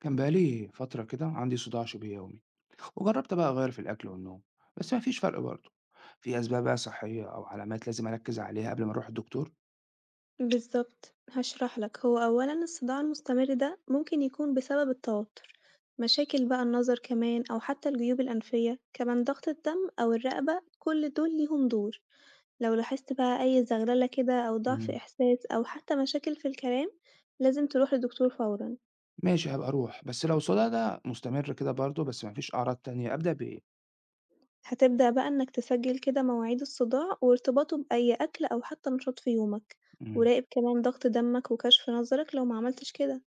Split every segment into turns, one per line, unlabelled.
كان بقالي فترة كده عندي صداع شبه يومي وجربت بقى أغير في الأكل والنوم بس مفيش فرق برضه. في أسباب بقى صحية أو علامات لازم أركز عليها قبل ما أروح الدكتور؟
بالظبط هشرح لك. هو أولا الصداع المستمر ده ممكن يكون بسبب التوتر، مشاكل بقى النظر كمان أو حتى الجيوب الأنفية، كمان ضغط الدم أو الرقبة، كل دول ليهم دور. لو لاحظت بقى أي زغللة كده أو ضعف
مم.
إحساس أو حتى مشاكل في الكلام لازم تروح لدكتور فورا.
ماشي، هبقى أروح، بس لو الصداع ده مستمر كده برضه بس مفيش أعراض تانية أبدأ بإيه؟
هتبدأ بقى إنك تسجل كده مواعيد الصداع وارتباطه بأي أكل أو حتى نشاط في يومك،
مم.
وراقب كمان ضغط دمك وكشف نظرك لو معملتش كده.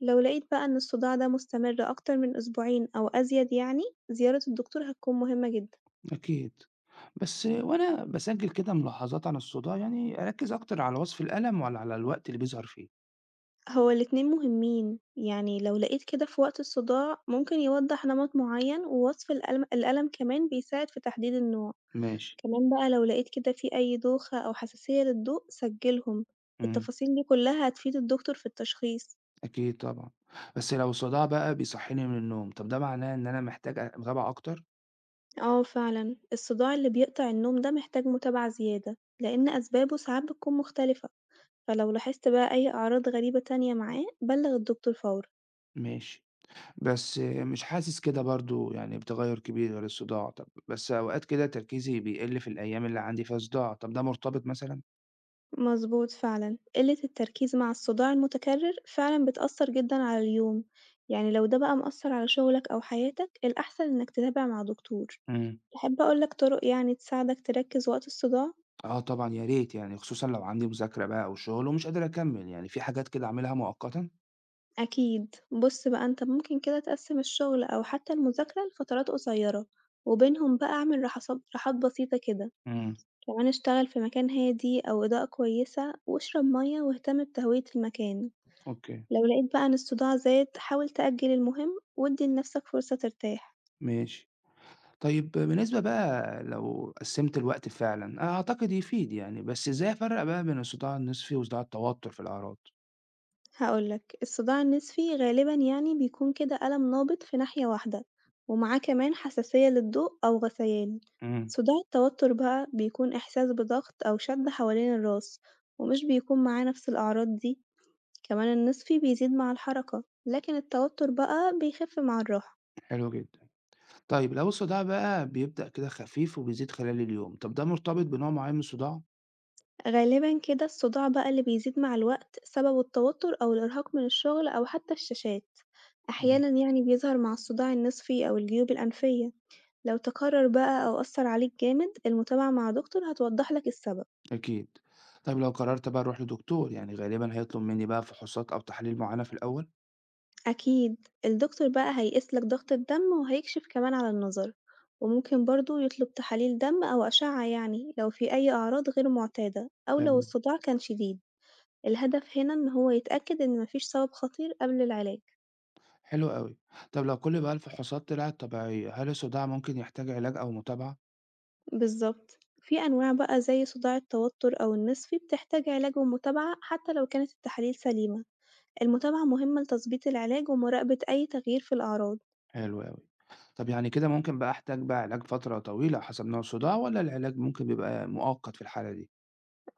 لو لقيت بقى إن الصداع ده مستمر أكتر من أسبوعين أو أزيد يعني زيارة الدكتور هتكون مهمة جدا.
أكيد. بس وأنا بسجل كده ملاحظات عن الصداع، يعني أركز أكتر على وصف الألم ولا على الوقت اللي بيظهر فيه؟
هو الاتنين مهمين، يعني لو لقيت كده في وقت الصداع ممكن يوضح نمط معين، ووصف الألم كمان بيساعد في تحديد النوع.
ماشي.
كمان بقى لو لقيت كده في أي دوخة أو حساسية للضوء سجلهم،
مم.
التفاصيل دي كلها هتفيد الدكتور في التشخيص.
أكيد طبعا. بس لو الصداع بقى بيصحيني من النوم، طب ده معناه إن أنا محتاج أتابع أكتر؟
اه فعلا الصداع اللي بيقطع النوم ده محتاج متابعة زيادة لأن أسبابه ساعات بتكون مختلفة. فلو لاحظت بقى أي أعراض غريبة تانية معاه بلغ الدكتور فورًا.
ماشي. بس مش حاسس كده برضه يعني بتغيُّر كبير ولا الصداع، طب بس أوقات كده تركيزي بيقِل في الأيام اللي عندي فيها صداع، طب ده مرتبط مثلًا؟
مظبوط فعلًا، قلة التركيز مع الصداع المتكرر فعلًا بتأثر جدًا على اليوم، يعني لو ده بقى مأثر على شغلك أو حياتك الأحسن إنك تتابع مع دكتور.
إمم.
تحب أقولك طرق يعني تساعدك تركز وقت الصداع؟
آه طبعًا يا ريت، يعني خصوصًا لو عندي مذاكرة بقى أو شغل ومش قادر أكمّل، يعني في حاجات كده أعملها مؤقتًا؟
أكيد، بص بقى أنت ممكن كده تقسم الشغل أو حتى المذاكرة لفترات قصيرة، وبينهم بقى اعمل راحات بسيطة كده،
إمم،
كمان اشتغل في مكان هادي أو إضاءة كويسة واشرب مية واهتم بتهوية المكان.
أوكي،
لو لقيت بقى إن الصداع زاد حاول تأجل المهم وادي لنفسك فرصة ترتاح.
ماشي. طيب بالنسبة بقى لو قسّمت الوقت فعلًا، أعتقد يفيد يعني، بس إزاي أفرّق بقى بين الصداع النِصفي وصداع التوتر في الأعراض؟
هقولك الصداع النسفي غالبا يعني بيكون كده ألم نابض في ناحية واحدة ومعاه كمان حساسية للضوء أو غثيان.
إمم،
صداع التوتر بقى بيكون إحساس بضغط أو شد حوالين الراس ومش بيكون معاه نفس الأعراض دي، كمان النسفي بيزيد مع الحركة لكن التوتر بقى بيخف مع الراحة.
حلو جدًا. طيب لو الصداع بقى بيبدأ كده خفيف وبيزيد خلال اليوم، طب ده مرتبط بنوع معين من الصداع؟
غالبًا كده الصداع بقى اللي بيزيد مع الوقت سببه التوتر أو الإرهاق من الشغل أو حتى الشاشات،
إمم،
أحيانًا يعني بيظهر مع الصداع النصفي أو الجيوب الأنفية. لو تكرر بقى أو أثر عليك جامد المتابعة مع دكتور هتوضحلك السبب.
أكيد. طيب لو قررت بقى أروح لدكتور، يعني غالبًا هيطلب مني بقى فحوصات أو تحاليل معينة في الأول؟
أكيد الدكتور بقى هيقيسلك ضغط الدم وهيكشف كمان على النظر، وممكن برضه يطلب تحاليل دم أو أشعة يعني لو في أي أعراض غير معتادة أو لو
تمام،
الصداع كان شديد. الهدف هنا إن هو يتأكد إن مفيش سبب خطير قبل العلاج.
حلو أوي. طب لو كل بقى الفحوصات طلعت طبيعية، هل الصداع ممكن يحتاج علاج أو متابعة؟
بالضبط. في أنواع بقى زي صداع التوتر أو النسفي بتحتاج علاج ومتابعة حتى لو كانت التحاليل سليمة، المتابعة مهمة لتظبيط العلاج ومراقبة أي تغيير في الأعراض.
حلو أوي. طب يعني كده ممكن بقى أحتاج بقى علاج فترة طويلة حسب نوع الصداع، والّا العلاج ممكن بيبقى مؤقت في الحالة دي؟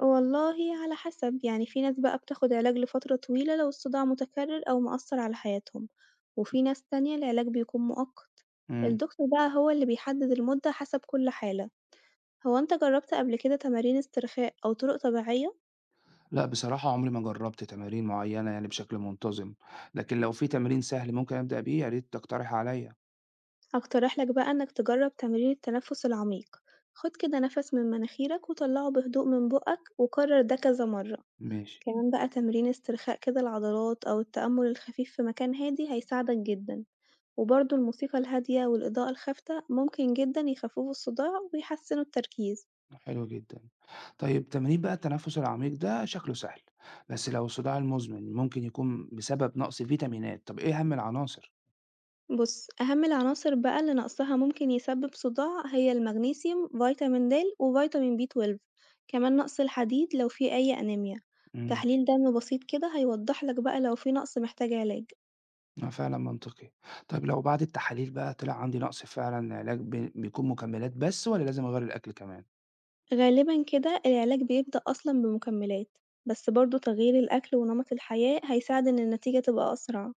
والله على حسب، يعني في ناس بقى بتاخد علاج لفترة طويلة لو الصداع متكرر أو مأثر على حياتهم، وفي ناس تانية العلاج بيكون مؤقت.
إمم.
الدكتور بقى هو اللي بيحدد المدة حسب كل حالة. هو أنت جربت قبل كده تمارين استرخاء أو طرق طبيعية؟
لأ، بصراحة عمري ما جرّبت تمارين معيّنة يعني بشكل منتظم، لكن لو في تمرين سهل ممكن أبدأ بيه يا ريت تقترح عليَّ.
هقترح لك بقى إنك تجرب تمرين التنفس العميق، خد كده نفس من مناخيرك وطلعه بهدوء من بقك وكرر ده كذا مرة.
ماشي،
كمان بقى تمرين استرخاء كده العضلات أو التأمل الخفيف في مكان هادي هيساعدك جدا، وبرضه الموسيقى الهادية والإضاءة الخافتة ممكن جدا يخففوا الصداع ويحسنوا التركيز.
حلو جدًا. طيب تمرين بقى التنفس العميق ده شكله سهل، بس لو الصداع المزمن ممكن يكون بسبب نقص فيتامينات، طب إيه أهم العناصر؟
بُص، أهم العناصر بقى اللي نقصها ممكن يسبب صداع هي المغنيسيوم، فيتامين د وفيتامين B12، كمان نقص الحديد لو في أي أنيميا.
إمم،
تحليل دم بسيط كده هيوضح لك بقى لو في نقص محتاج علاج.
آه فعلًا منطقي. طيب لو بعد التحاليل بقى طلع عندي نقص فعلًا، العلاج بيكون مكملات بس والّا لازم أغيّر الأكل كمان؟
غالبًا كده العلاج بيبدأ أصلًا بمكملات، بس برضه تغيير الأكل ونمط الحياة هيساعد إن النتيجة تبقى أسرع.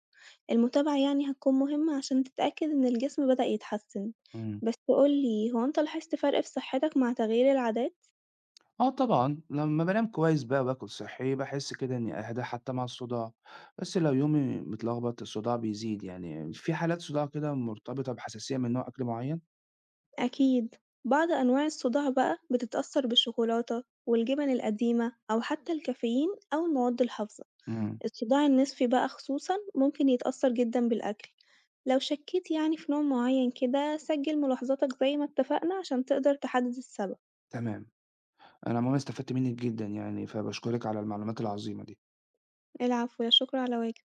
المتابعة يعني هتكون مهمة عشان تتأكد إن الجسم بدأ يتحسن.
إمم.
بس قُل لي، هو أنت لاحظت فرق في صحتك مع تغيير العادات؟
آه طبعًا، لمّا بانام كويس بقى وباكل صحّي، باحس كده إني أهدى حتى مع الصداع، بس لو يومي متلخبط الصداع بيزيد، يعني في حالات صداع كده مرتبطة بحساسية من نوع أكل معين؟
أكيد، بعض أنواع الصداع بقى بتتأثر بالشوكولاتة والجبن القديمة أو حتى الكافيين أو المواد الحافظة.
إمم،
الصداع النصفي بقى خصوصا ممكن يتأثر جدا بالأكل، لو شكيت يعني في نوع معين كده سجل ملاحظاتك زي ما اتفقنا عشان تقدر تحدد السبب.
تمام. أنا عمومًا استفدت منِّك جدًا يعني، فباشكرِك على المعلومات العظيمة دي.
العفو لا شكر على واجب.